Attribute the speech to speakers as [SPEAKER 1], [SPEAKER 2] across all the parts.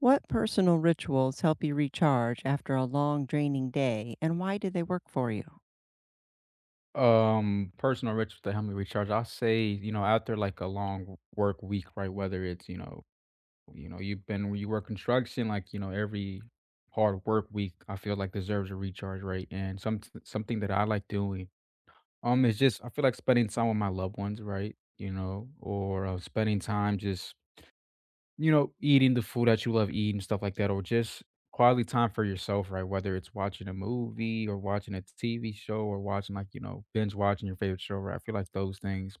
[SPEAKER 1] What personal rituals help you recharge after a long, draining day, and why do they work for you?
[SPEAKER 2] Personal rituals that help me recharge. I'll say, you know, after like a long work week, right? Whether it's, you know, you work construction, like, you know, every hard work week, I feel like deserves a recharge, right? And something that I like doing, is just I feel like spending time with my loved ones, right? You know, or spending time just you know, eating the food that you love eating, stuff like that, or just quality time for yourself, right? Whether it's watching a movie or watching a TV show or watching like, you know, binge watching your favorite show, right? I feel like those things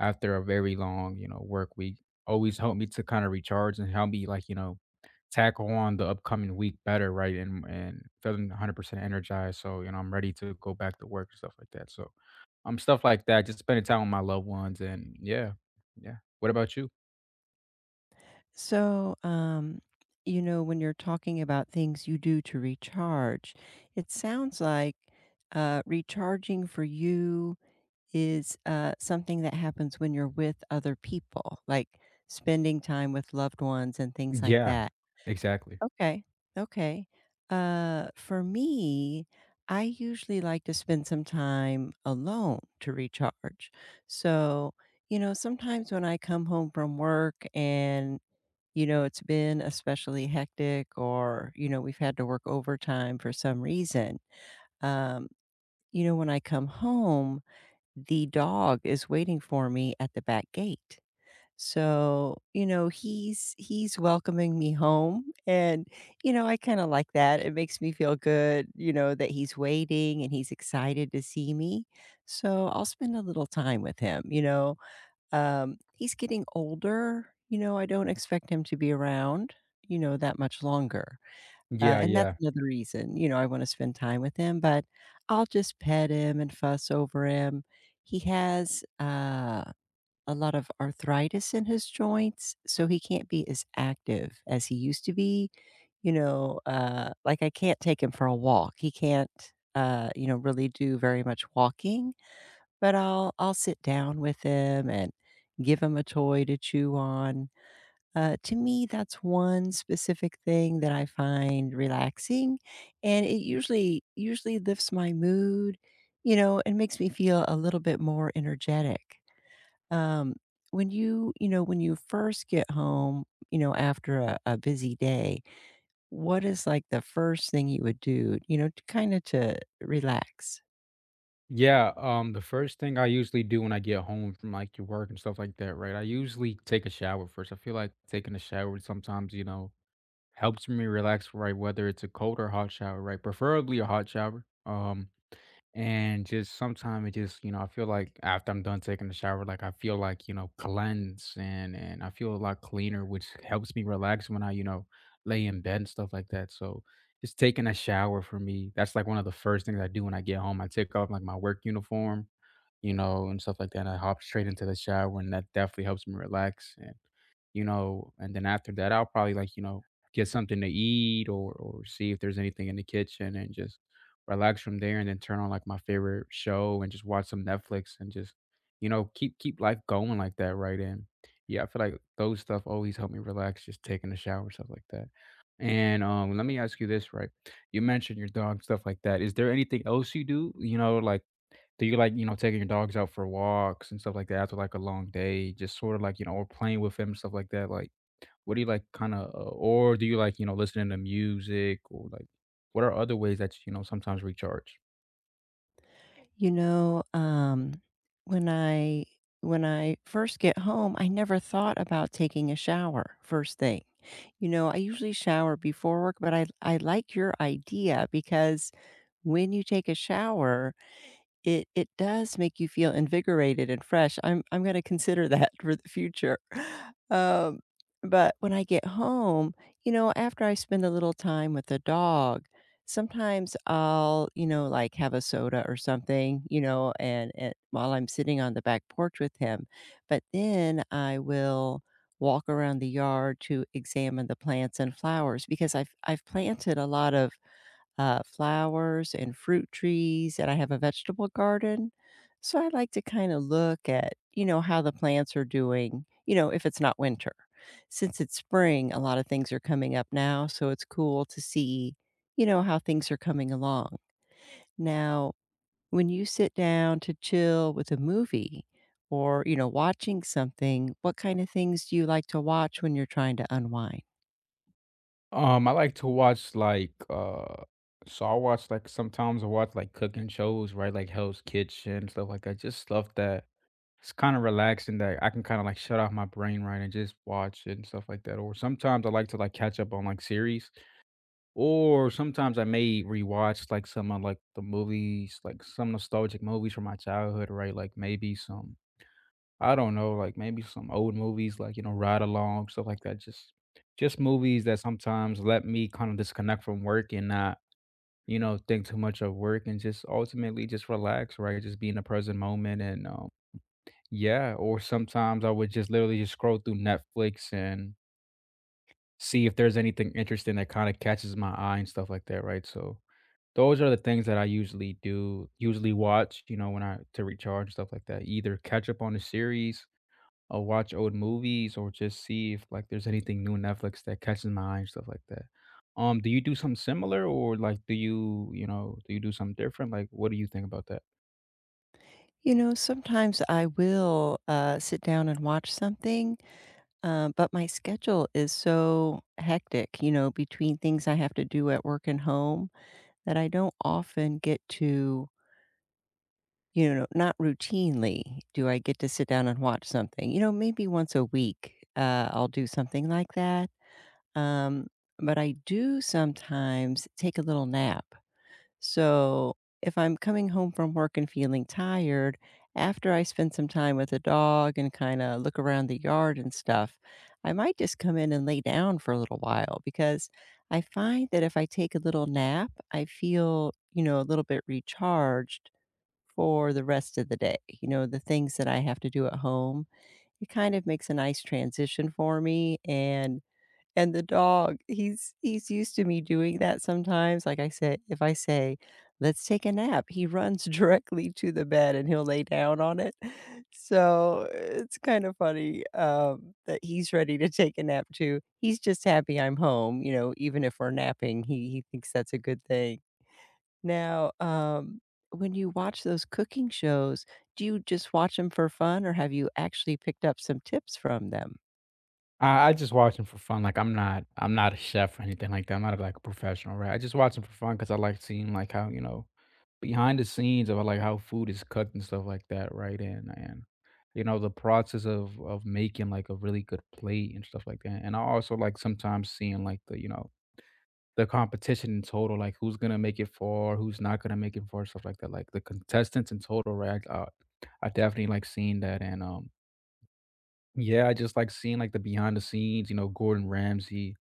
[SPEAKER 2] after a very long, you know, work week always help me to kind of recharge and help me like, you know, tackle on the upcoming week better, right? And feeling 100% energized. So, you know, I'm ready to go back to work and stuff like that. So, stuff like that, just spending time with my loved ones. And yeah, yeah. What about you?
[SPEAKER 1] So, um, you know, when you're talking about things you do to recharge, it sounds like recharging for you is something that happens when you're with other people, like spending time with loved ones and things like
[SPEAKER 2] Yeah,
[SPEAKER 1] that.
[SPEAKER 2] exactly.
[SPEAKER 1] Okay. Okay. For me, I usually like to spend some time alone to recharge. So, you know, sometimes when I come home from work and, you know, it's been especially hectic or, you know, we've had to work overtime for some reason. Um, you know, when I come home, the dog is waiting for me at the back gate. So, you know, he's welcoming me home and you know, I kind of like that. It makes me feel good, you know, that he's waiting and he's excited to see me. So, I'll spend a little time with him, you know. He's getting older, you know, I don't expect him to be around, you know, that much longer. Uh,
[SPEAKER 2] Yeah,
[SPEAKER 1] and that's
[SPEAKER 2] yeah.
[SPEAKER 1] another reason, you know, I want to spend time with him, but I'll just pet him and fuss over him. He has a lot of arthritis in his joints, so he can't be as active as he used to be, you know, like, I can't take him for a walk, he can't, you know, really do very much walking, but I'll sit down with him and give him a toy to chew on. To me, that's one specific thing that I find relaxing, and it usually lifts my mood, you know, and makes me feel a little bit more energetic. Um, when you when you first get home, you know, after a busy day, what is, like, the first thing you would do, you know, to kinda to relax?
[SPEAKER 2] Yeah, the first thing I usually do when I get home from, like, your work and stuff like that, right, I usually take a shower first. I feel like taking a shower sometimes, you know, helps me relax, right, whether it's a cold or hot shower, right, preferably a hot shower, and just sometimes it just, you know, I feel like after I'm done taking a shower, like I feel like, you know, cleanse and I feel a lot cleaner, which helps me relax when I, you know, lay in bed and stuff like that. So just taking a shower for me, that's like one of the first things I do when I get home. I take off like my work uniform, you know, and stuff like that. And I hop straight into the shower, and that definitely helps me relax. And you know, and then after that, I'll probably like you know get something to eat or see if there's anything in the kitchen, and just relax from there. And then turn on like my favorite show and just watch some Netflix and just you know keep life going like that, right? And yeah, I feel like those stuff always help me relax, just taking a shower, stuff like that. And let me ask you this, right? You mentioned your dog, stuff like that. Is there anything else you do? You know, like do you like, you know, taking your dogs out for walks and stuff like that after like a long day, just sort of like, you know, or playing with them, stuff like that? Like, what do you like kind of, or do you like, you know, listening to music or like, what are other ways that, you know, sometimes recharge?
[SPEAKER 1] You know, when I when I first get home, I never thought about taking a shower first thing. You know, I usually shower before work, but I like your idea because when you take a shower it does make you feel invigorated and fresh. I'm gonna consider that for the future. Um, but when I get home, you know, after I spend a little time with the dog, sometimes I'll, you know, like, have a soda or something, you know, and while I'm sitting on the back porch with him, but then I will walk around the yard to examine the plants and flowers because I've planted a lot of flowers and fruit trees, and I have a vegetable garden. So I like to kind of look at, you know, how the plants are doing, you know, if it's not winter. Since it's spring, a lot of things are coming up now. So it's cool to see, you know, how things are coming along. Now, when you sit down to chill with a movie or, you know, watching something, what kind of things do you like to watch when you're trying to unwind?
[SPEAKER 2] I like to watch like, so I watch like sometimes I watch like cooking shows, right? Like Hell's Kitchen, stuff like that. Just stuff that it's kind of relaxing that I can kind of like shut off my brain, right? And just watch it and stuff like that. Or sometimes I like to like catch up on like series. Or sometimes I may rewatch, like, some of, like, the movies, like, some nostalgic movies from my childhood, right? Like, maybe some I don't know, like, maybe some old movies, like, you know, Ride Along, stuff like that. Just movies that sometimes let me kind of disconnect from work and not, you know, think too much of work and just ultimately just relax, right? Just be in the present moment and, yeah, or sometimes I would just literally just scroll through Netflix and see if there's anything interesting that kinda catches my eye and stuff like that, right? So those are the things that I usually do usually watch, you know, when I to recharge, and stuff like that. Either catch up on a series or watch old movies or just see if, like, there's anything new on Netflix that catches my eye and stuff like that. Do you do something similar or, like, do you you know, do you do something different? Like, what do you think about that?
[SPEAKER 1] You know, sometimes I will, sit down and watch something. But my schedule is so hectic, you know, between things I have to do at work and home that I don't often get to, you know, not routinely do I get to sit down and watch something. You know, maybe once a week I'll do something like that. Um, but I do sometimes take a little nap so, if I'm coming home from work and feeling tired, after I spend some time with the dog and kind of look around the yard and stuff, I might just come in and lay down for a little while because I find that if I take a little nap, I feel, you know, a little bit recharged for the rest of the day. You know, the things that I have to do at home, it kind of makes a nice transition for me and the dog, he's used to me doing that sometimes, like I said, if I say, "Let's take a nap," he runs directly to the bed and he'll lay down on it. So, it's kind of funny, that he's ready to take a nap too. He's just happy I'm home, you know, even if we're napping, he thinks that's a good thing. Now, when you watch those cooking shows, do you just watch them for fun, or have you actually picked up some tips from them?
[SPEAKER 2] I just watch them for fun, like, I'm not a chef or anything like that, I'm not, like, a professional, right? I just watch them for fun because I like seeing, like, how, you know, behind the scenes of, like, how food is cooked and stuff like that, right? And you know, the process of making, like, a really good plate and stuff like that, and I also like sometimes seeing, like, the, you know, the competition in total, like, who's gonna make it far, who's not gonna make it far, stuff like that, like, the contestants in total, right? I definitely like seeing that and, yeah, I just like seeing like the behind the scenes, you know, Gordon Ramsay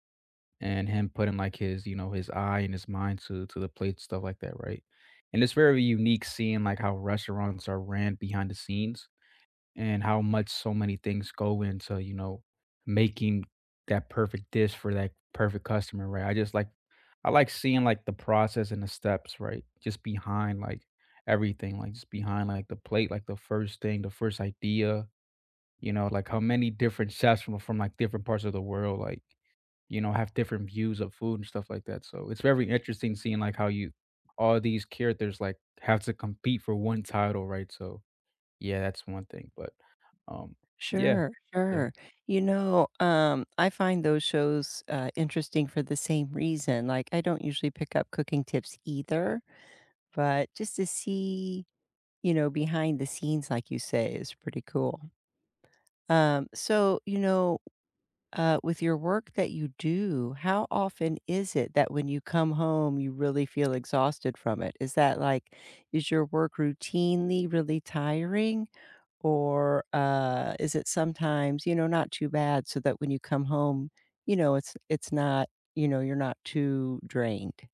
[SPEAKER 2] and him putting like his, you know, his eye and his mind to the plate, stuff like that, right? And it's very unique seeing like how restaurants are ran behind the scenes and how much so many things go into, you know, making that perfect dish for that perfect customer, right? I just like I like seeing like the process and the steps, right? Just behind like everything, like just behind like the plate, like the first thing, the first idea, you know, like how many different chefs from like different parts of the world, like, you know, have different views of food and stuff like that. So it's very interesting seeing like how you all these characters like have to compete for one title, right? So yeah, that's one thing. But um yeah.
[SPEAKER 1] Sure,
[SPEAKER 2] Yeah.
[SPEAKER 1] sure. You know, I find those shows interesting for the same reason. Like, I don't usually pick up cooking tips either, but just to see, you know, behind the scenes, like you say, is pretty cool. So, you know, with your work that you do, how often is it that when you come home, you really feel exhausted from it? Is that like, is your work routinely really tiring? Or, is it sometimes, you know, not too bad so that when you come home, you know, it's not, you know, you're not too drained.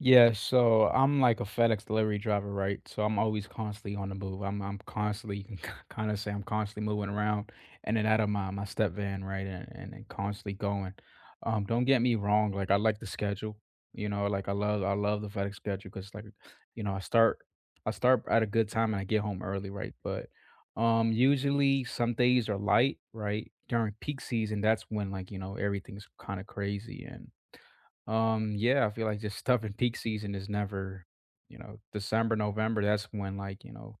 [SPEAKER 2] Yeah, so I'm like a FedEx delivery driver, right? So I'm always constantly on the move. I'm constantly, you can kind of say I'm constantly moving around in and out of my step van, right? And constantly going. Don't get me wrong, like I like the schedule, you know, like I love the FedEx schedule because like, you know, I start at a good time and I get home early, right? But usually some days are light, right? During peak season, that's when like, you know, everything's kind of crazy and yeah, I feel like just stuff in peak season is never, you know, December, November, that's when like, you know,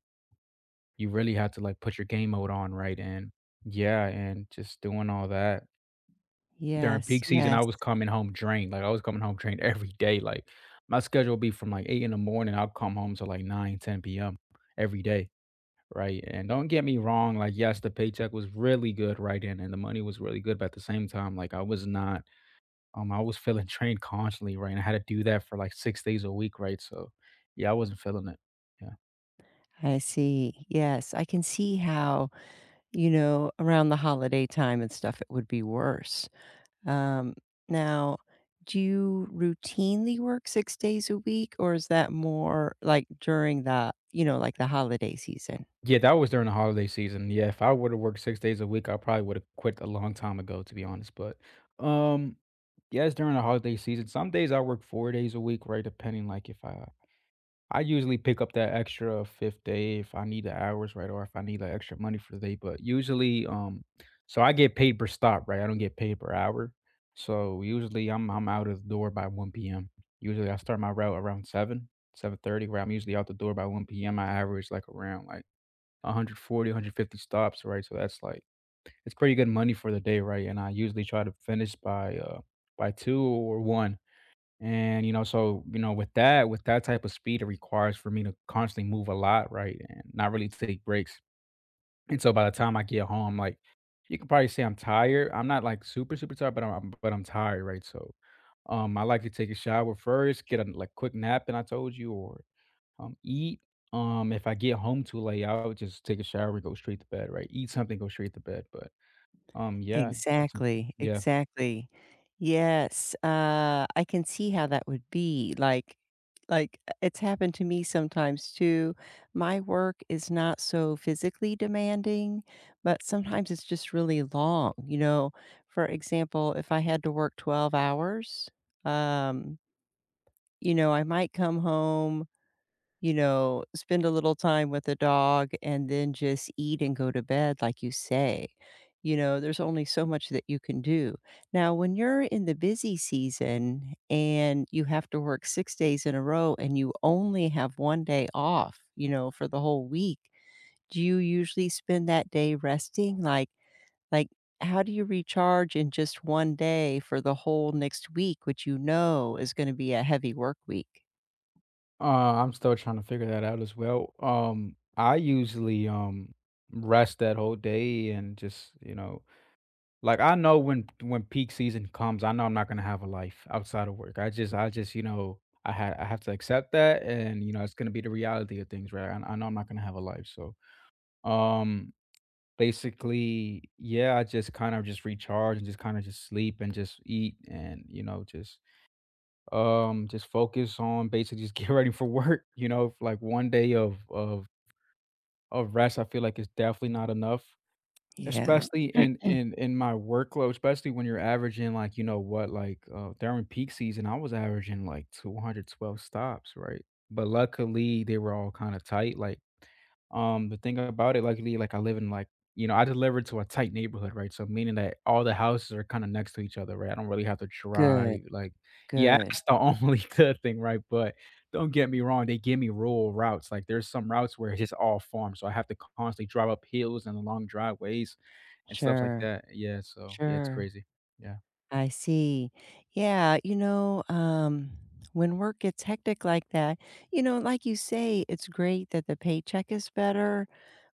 [SPEAKER 2] you really have to like put your game mode on, right? And yeah, and just doing all that. During
[SPEAKER 1] Yes,
[SPEAKER 2] peak season,
[SPEAKER 1] yes,
[SPEAKER 2] I was coming home drained. Like I was coming home drained every day. Like my schedule would be from like 8 in the morning. I'll come home to like 9, 10 p.m. every day. Right. And don't get me wrong, like yes, the paycheck was really good, right? And the money was really good, but at the same time, like I was not I was feeling drained constantly, right? And I had to do that for like 6 days a week, right? So yeah, I wasn't feeling it. Yeah.
[SPEAKER 1] I see. Yes, I can see how, you know, around the holiday time and stuff, it would be worse. Um, now, do you routinely work 6 days a week, or is that more, like, during the you know, like, the holiday season?
[SPEAKER 2] Yeah, that was during the holiday season. Yeah, if I would have worked 6 days a week, I probably would have quit a long time ago, to be honest. But um, yes, during the holiday season, some days I work 4 days a week, right? Depending like if I usually pick up that extra fifth day if I need the hours, right, or if I need the extra money for the day. But usually, so I get paid per stop, right? I don't get paid per hour. So usually, I'm out of the door by 1 p.m. Usually, I start my route around 7:30, where I'm usually out the door by 1 p.m. I average like around like 140, 150 stops, right? So that's like it's pretty good money for the day, right? And I usually try to finish by 2 or 1. And, you know, so, you know, with that type of speed, it requires for me to constantly move a lot, right, and not really take breaks. And so by the time I get home, like, you could probably say I'm tired. I'm not, like, super tired, but I'm tired, right? So, I like to take a shower first, get a, like, quick nap, and I told you, or, eat. If I get home too late, I would just take a shower and go straight to bed, right? Eat something, go straight to bed, but, yeah, that's something
[SPEAKER 1] Exactly,
[SPEAKER 2] yeah.
[SPEAKER 1] exactly. Yes, I can see how that would be, like, it's happened to me sometimes too. My work is not so physically demanding, but sometimes it's just really long, you know? For example, if I had to work 12 hours, um, you know, I might come home you know, spend a little time with the dog and then just eat and go to bed, like you say. You know, there's only so much that you can do. Now, when you're in the busy season and you have to work six days in a row and you only have one day off, you know, for the whole week, do you usually spend that day resting? Like, how do you recharge in just one day for the whole next week, which you know is going to be a heavy work week?
[SPEAKER 2] Uh, I'm still trying to figure that out as well. I usually rest that whole day and just, you know, like I know when peak season comes, I know I'm not gonna have a life outside of work. I just you know, I have to accept that and you know, it's gonna be the reality of things, right? I know I'm not gonna have a life. So um basically, yeah, I just kind of just recharge and just kind of just sleep and just eat and, you know, just focus on basically just get ready for work, you know, like 1 day of rest, I feel like it's definitely not enough.
[SPEAKER 1] Yeah.
[SPEAKER 2] Especially in my workload, especially when you're averaging, like, you know what, like, during peak season, I was averaging, like, 212 stops, right? But luckily, they were all kinda tight, like, the thing about it, luckily, like, I live in, like you know, I deliver to a tight neighborhood, right? So, meaning that all the houses are kinda next to each other, right? I don't really have to
[SPEAKER 1] Good.
[SPEAKER 2] drive, like yeah,
[SPEAKER 1] Good.
[SPEAKER 2] that's the only good thing, right? But don't get me wrong, they give me rural routes, like, there's some routes where it's just all farm, so I have to constantly drive up hills and along driveways and stuff like
[SPEAKER 1] Sure,
[SPEAKER 2] that. Yeah, so yeah, it's
[SPEAKER 1] sure.
[SPEAKER 2] crazy. Yeah.
[SPEAKER 1] I see. Yeah, you know, when work gets hectic like that, you know, like you say, it's great that the paycheck is better,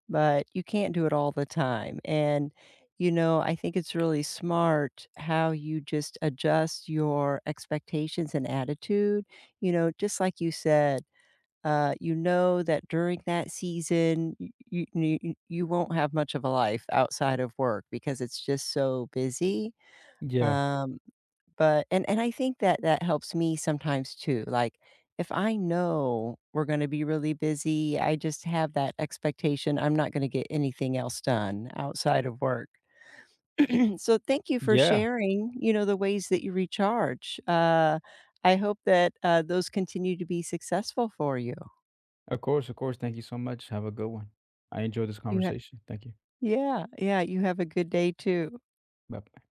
[SPEAKER 1] but you can't do it all the time. And, you know, I think it's really smart how you just adjust your expectations and attitude, you know, just like you said. You know that during that season, y you you you won't have much of a life outside of work because it's just so busy,
[SPEAKER 2] Yeah.
[SPEAKER 1] um, but and I think that that helps me sometimes too, like, if I know we're gonna be really busy, I just have that expectation I'm not gonna get anything else done outside of work. So thank you for
[SPEAKER 2] Yeah.
[SPEAKER 1] sharing, you know, the ways that you recharge. I hope that, those continue to be successful for you.
[SPEAKER 2] Of course, of course. Thank you so much. Have a good one. I enjoyed this
[SPEAKER 1] You
[SPEAKER 2] conversation. Thank you.
[SPEAKER 1] yeah, yeah, you have a good day too.
[SPEAKER 2] Bye.